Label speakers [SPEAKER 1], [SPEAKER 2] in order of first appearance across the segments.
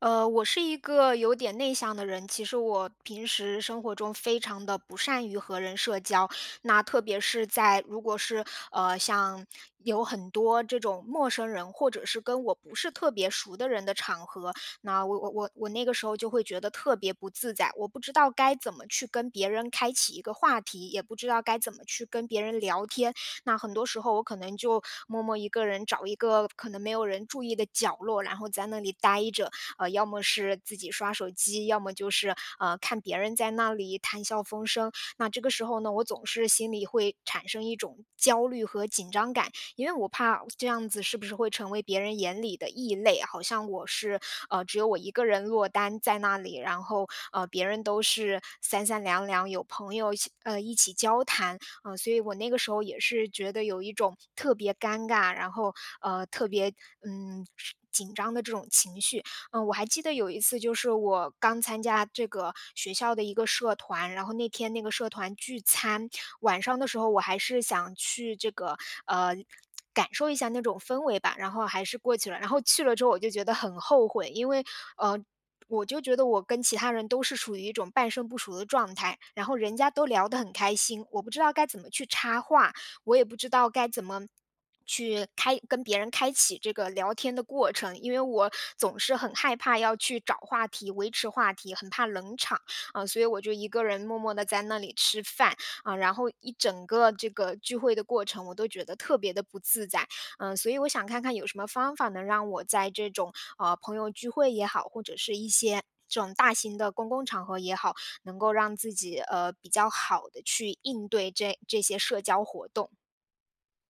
[SPEAKER 1] 我是一个有点内向的人，其实我平时生活中非常的不善于和人社交。那特别是在如果是，像有很多这种陌生人，或者是跟我不是特别熟的人的场合，那我那个时候就会觉得特别不自在。我不知道该怎么去跟别人开启一个话题，也不知道该怎么去跟别人聊天。那很多时候我可能就默默一个人找一个可能没有人注意的角落，然后在那里待着。要么是自己刷手机，要么就是，看别人在那里谈笑风生。那这个时候呢，我总是心里会产生一种焦虑和紧张感，因为我怕这样子是不是会成为别人眼里的异类，好像我是，只有我一个人落单在那里，然后，别人都是三三两两有朋友一起一起交谈。所以我那个时候也是觉得有一种特别尴尬，然后，呃，特别，嗯，紧张的这种情绪。嗯，我还记得有一次就是我刚参加这个学校的一个社团，然后那天那个社团聚餐，晚上的时候我还是想去这个，呃，感受一下那种氛围吧，然后还是过去了。然后去了之后我就觉得很后悔，因为，呃，我就觉得我跟其他人都是处于一种半生不熟的状态，然后人家都聊得很开心，我不知道该怎么去插话。我也不知道该怎么去开跟别人开启这个聊天的过程，因为我总是很害怕要去找话题、维持话题，很怕冷场啊、所以我就一个人默默的在那里吃饭啊、然后一整个这个聚会的过程，我都觉得特别的不自在，嗯、所以我想看看有什么方法能让我在这种呃朋友聚会也好，或者是一些。这种大型的公共场合也好，能够让自己比较好的去应对这些社交活动。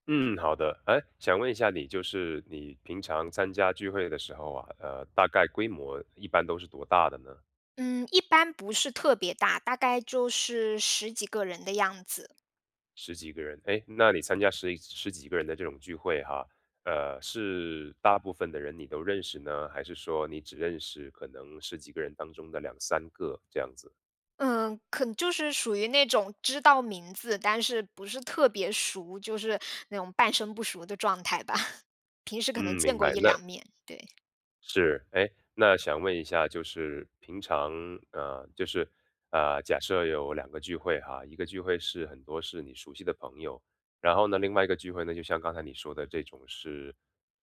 [SPEAKER 2] 嗯，好的。哎，想问一下你，就是你平常参加聚会的时候啊，大概规模一般都是多大的呢？
[SPEAKER 1] 嗯，一般不是特别大，大概就是十几个人的样子。
[SPEAKER 2] 十几个人。哎，那你参加十几个人的这种聚会哈，是大部分的人你都认识呢，还是说你只认识可能十几个人当中的两三个这样子？
[SPEAKER 1] 嗯，可能就是属于那种知道名字，但是不是特别熟，就是那种半生不熟的状态吧，平时可能
[SPEAKER 2] 嗯，
[SPEAKER 1] 见
[SPEAKER 2] 明
[SPEAKER 1] 过
[SPEAKER 2] 白。
[SPEAKER 1] 一
[SPEAKER 2] 那
[SPEAKER 1] 两面，对。
[SPEAKER 2] 是，哎，那想问一下，就是平常，就是，假设有两个聚会哈，一个聚会是很多是你熟悉的朋友，然后呢，另外一个聚会呢，就像刚才你说的这种是，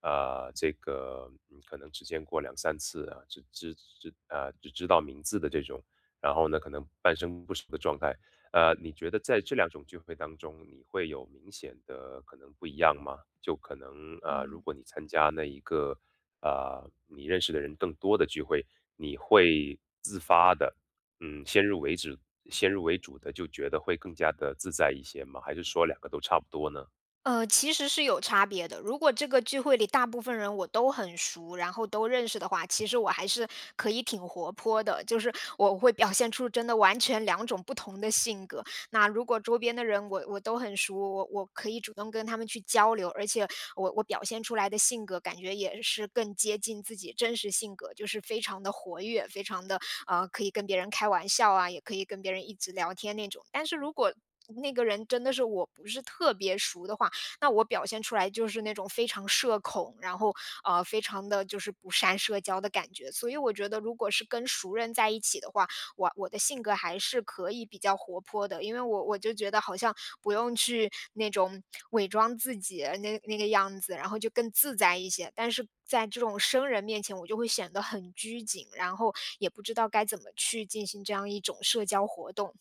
[SPEAKER 2] 这个你可能只见过两三次啊，只知道名字的这种，然后呢，可能半生不熟的状态，你觉得在这两种聚会当中，你会有明显的可能不一样吗？就可能如果你参加那一个你认识的人更多的聚会，你会自发的，嗯，先入为主先入为主的就觉得会更加的自在一些吗？还是说两个都差不多呢？
[SPEAKER 1] 其实是有差别的。如果这个聚会里大部分人我都很熟，然后都认识的话，其实我还是可以挺活泼的，就是我会表现出真的完全两种不同的性格。那如果周边的人我都很熟，我可以主动跟他们去交流，而且我表现出来的性格感觉也是更接近自己真实性格，就是非常的活跃，非常的可以跟别人开玩笑啊，也可以跟别人一直聊天那种。但是如果那个人真的是我不是特别熟的话，那我表现出来就是那种非常社恐，然后非常的就是不善社交的感觉。所以我觉得，如果是跟熟人在一起的话，我的性格还是可以比较活泼的，因为我就觉得好像不用去那种伪装自己那个样子，然后就更自在一些。但是在这种生人面前，我就会显得很拘谨，然后也不知道该怎么去进行这样一种社交活动。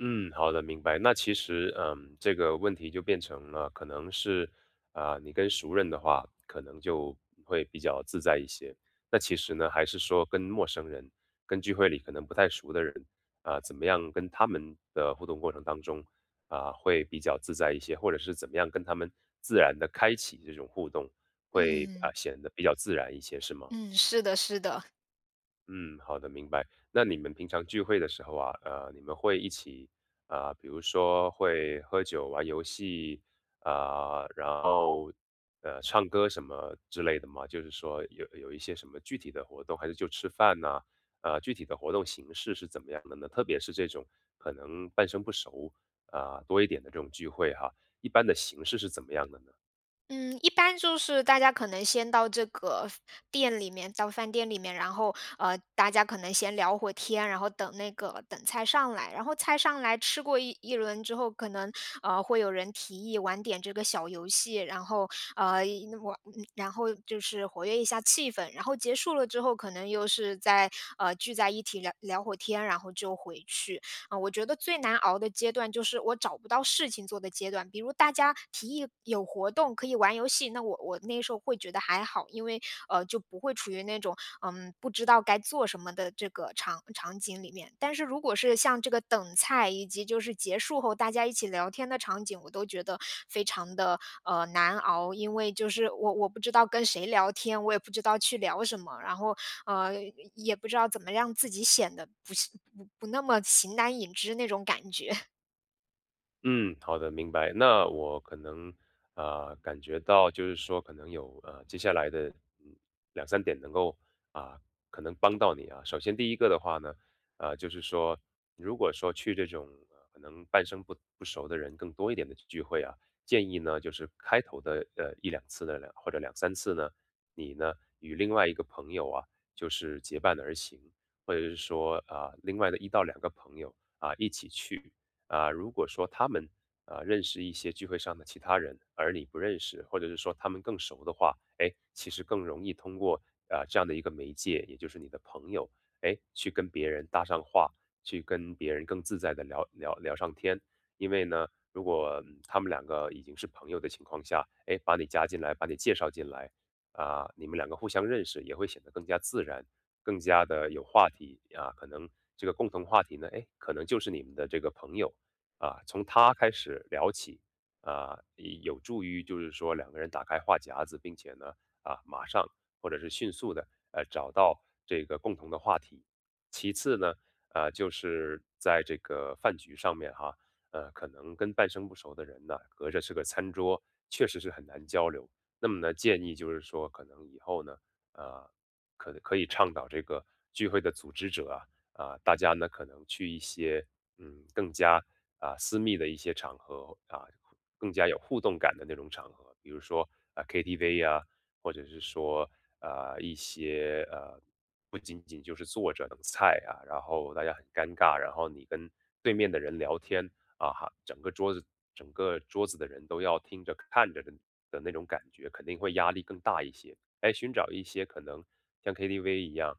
[SPEAKER 2] 嗯，好的，明白。那其实，这个问题就变成了，可能是，啊、你跟熟人的话，可能就会比较自在一些。那其实呢，还是说跟陌生人、跟聚会里可能不太熟的人，啊、怎么样跟他们的互动过程当中，啊、会比较自在一些，或者是怎么样跟他们自然的开启这种互动，会啊、
[SPEAKER 1] 嗯
[SPEAKER 2] 显得比较自然一些，是吗？
[SPEAKER 1] 嗯，是的，是的。
[SPEAKER 2] 嗯，好的，明白。那你们平常聚会的时候啊，你们会一起啊、比如说会喝酒、玩游戏啊、然后唱歌什么之类的吗？就是说有一些什么具体的活动，还是就吃饭呐、具体的活动形式是怎么样的呢？特别是这种可能半生不熟啊、多一点的这种聚会哈，一般的形式是怎么样的呢？
[SPEAKER 1] 嗯，一般就是大家可能先到这个店里面，到饭店里面，然后大家可能先聊会儿天，然后等那个等菜上来，然后菜上来吃过一轮之后，可能会有人提议玩点这个小游戏，然后一玩，嗯然后就是活跃一下气氛，然后结束了之后，可能又是在聚在一起聊聊会儿天，然后就回去。啊，我觉得最难熬的阶段就是我找不到事情做的阶段。比如大家提议有活动可以玩游戏，那我那时候会觉得还好，因为就不会处于那种嗯不知道该做什么的这个场景里面。但是如果是像这个等菜以及就是结束后大家一起聊天的场景，我都觉得非常的难熬，因为就是我不知道跟谁聊天，我也不知道去聊什么，然后呃，也不知道怎么让自己显得不是不那么形单影只那种感觉。
[SPEAKER 2] 嗯，好的，明白。那我可能啊，感觉到，就是说可能有接下来的嗯两三点能够啊、可能帮到你啊。首先第一个的话呢，就是说，如果说去这种可能半生不熟的人更多一点的聚会啊，建议呢就是开头的一两次或者两三次呢，你呢与另外一个朋友啊就是结伴而行，或者是说啊、另外的一到两个朋友啊一起去。啊、如果说他们啊、认识一些聚会上的其他人，而你不认识，或者是说他们更熟的话，哎，其实更容易通过啊、这样的一个媒介，也就是你的朋友，哎，去跟别人搭上话，去跟别人更自在的聊上天。因为呢，如果他们两个已经是朋友的情况下，哎，把你加进来，把你介绍进来，啊、你们两个互相认识，也会显得更加自然，更加的有话题啊。可能这个共同话题呢，哎，可能就是你们的这个朋友啊，从他开始聊起，啊，也有助于就是说两个人打开话匣子，并且呢，啊，马上或者是迅速的找到这个共同的话题。其次呢，啊，就是在这个饭局上面哈，可能跟半生不熟的人呢，隔着是个餐桌，确实是很难交流。那么呢，建议就是说，可能以后呢，呃，可以倡导这个聚会的组织者啊，啊、大家呢可能去一些更加啊、私密的一些场合啊，更加有互动感的那种场合，比如说啊、KTV 呀、或者是说啊、一些不仅仅就是坐着等菜啊，然后大家很尴尬，然后你跟对面的人聊天啊，哈，整个桌子的人都要听着看着的那种感觉，肯定会压力更大一些。哎，寻找一些可能像 KTV 一样。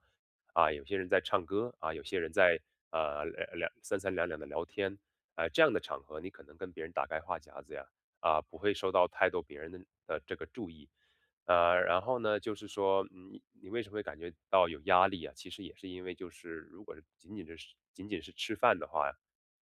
[SPEAKER 2] 啊，有些人在唱歌啊，有些人在三三两两的聊天，这样的场合你可能跟别人打开话匣子呀，啊，不会受到太多别人的这个注意，然后呢，就是说你为什么会感觉到有压力啊？其实也是因为就是如果是仅仅是吃饭的话，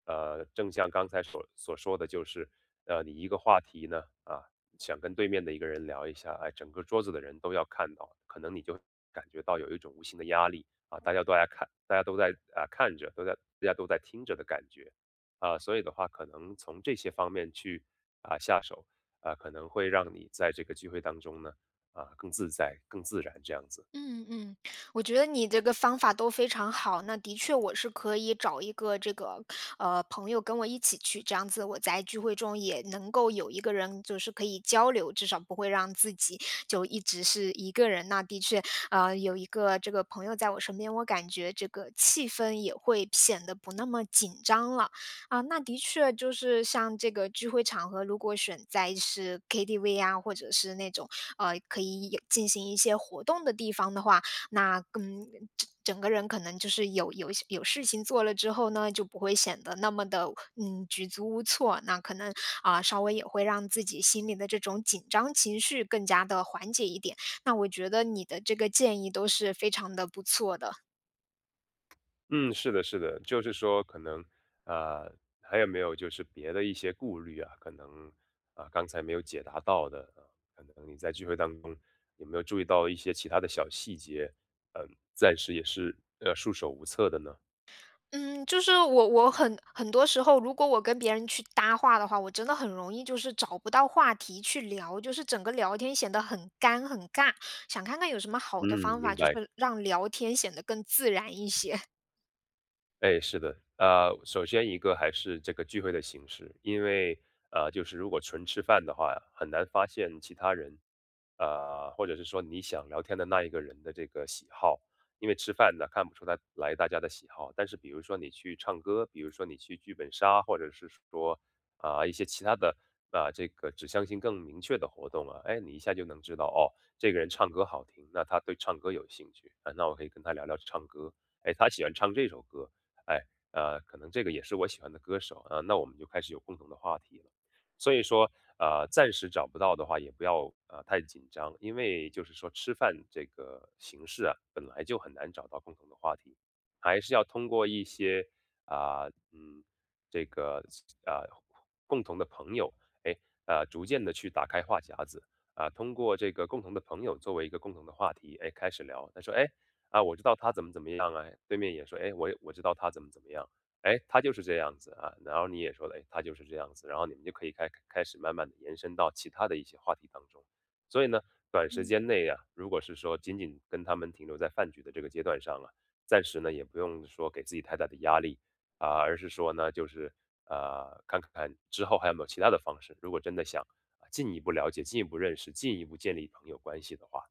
[SPEAKER 2] 正像刚才所说的，就是你一个话题呢啊，想跟对面的一个人聊一下，哎，整个桌子的人都要看到，可能你就感觉到有一种无形的压力。啊，大家都在看，大家都在啊看着，大家都在听着的感觉啊，所以的话，可能从这些方面去啊下手啊，可能会让你在这个聚会当中呢啊更自在、更自然这样子。
[SPEAKER 1] 嗯嗯。我觉得你这个方法都非常好，那的确我是可以找一个这个，朋友跟我一起去，这样子我在聚会中也能够有一个人就是可以交流，至少不会让自己就一直是一个人。那的确，有一个这个朋友在我身边，我感觉这个气氛也会显得不那么紧张了。啊，那的确就是像这个聚会场合，如果选在是 KTV 啊，或者是那种可以有进行一些活动的地方的话，那嗯，整整个人可能就是有事情做了之后呢，就不会显得那么的嗯举足无措。那可能啊、稍微也会让自己心里的这种紧张情绪更加的缓解一点。那我觉得你的这个建议都是非常的不错的。
[SPEAKER 2] 嗯，是的，是的，就是说可能啊，还有没有就是别的一些顾虑啊？可能啊刚才没有解答到的啊，可能你在聚会当中有没有注意到一些其他的小细节？嗯，暂时也是束手无策的呢。
[SPEAKER 1] 嗯，就是我很很多时候，如果我跟别人去搭话的话，我真的很容易就是找不到话题去聊，就是整个聊天显得很干很尬。想看看有什么好的
[SPEAKER 2] 嗯，
[SPEAKER 1] 方法，
[SPEAKER 2] 明
[SPEAKER 1] 就
[SPEAKER 2] 白。
[SPEAKER 1] 是让聊天显得更自然一些。
[SPEAKER 2] 哎，是的，首先一个还是这个聚会的形式，因为就是如果纯吃饭的话，很难发现其他人，或者是说你想聊天的那一个人的这个喜好，因为吃饭呢看不出他来大家的喜好，但是比如说你去唱歌，比如说你去剧本杀，或者是说啊、一些其他的啊、这个指向性更明确的活动啊，哎，你一下就能知道哦，这个人唱歌好听，那他对唱歌有兴趣啊，那我可以跟他聊聊唱歌。哎，他喜欢唱这首歌，哎，可能这个也是我喜欢的歌手啊，那我们就开始有共同的话题了。所以说，暂时找不到的话，也不要太紧张，因为就是说吃饭这个形式啊，本来就很难找到共同的话题，还是要通过一些啊、嗯，这个啊、共同的朋友，哎，逐渐的去打开话匣子。啊，通过这个共同的朋友作为一个共同的话题，哎，开始聊。他说，哎，啊，我知道他怎么怎么样啊，对面也说，哎，我知道他怎么怎么样，哎，他就是这样子啊，然后你也说了，哎，他就是这样子，然后你们就可以开始慢慢的延伸到其他的一些话题当中。所以呢，短时
[SPEAKER 1] 嗯。
[SPEAKER 2] 间 内啊，如果是说仅仅跟他们停留在饭局的这个阶段上啊，暂时呢也不用说给自己太大的压力啊，而是说呢，就是看看之后还有没有其他的方式，如果真的想啊进一步了解、进一步认识、进一步建立朋友关系的话，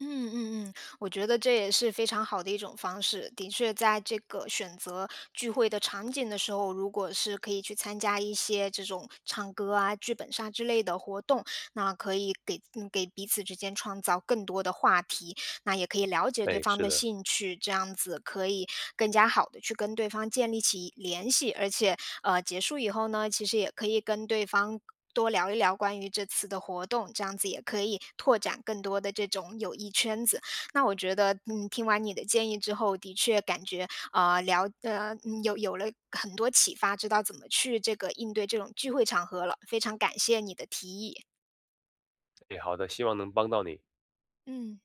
[SPEAKER 1] 嗯嗯嗯，我觉得这也是非常好的一种方式。的确，在这个选择聚会的场景的时候，如果是可以去参加一些这种唱歌啊、剧本杀之类的活动，那可以给嗯给彼此之间创造更多的话题。那也可以了解对
[SPEAKER 2] 哎，
[SPEAKER 1] 方
[SPEAKER 2] 是
[SPEAKER 1] 的
[SPEAKER 2] 的，
[SPEAKER 1] 兴趣，这样子可以更加好的去跟对方建立起联系，而且，结束以后呢，其实也可以跟对方多聊一聊关于这次的活动，这样子也可以拓展更多的这种友谊圈子。那我觉得，嗯，听完你的建议之后，的确感觉，有了很多启发，知道怎么去这个应对这种聚会场合了，非常感谢你的提议。
[SPEAKER 2] 哎，好的，希望能帮到你。
[SPEAKER 1] 嗯。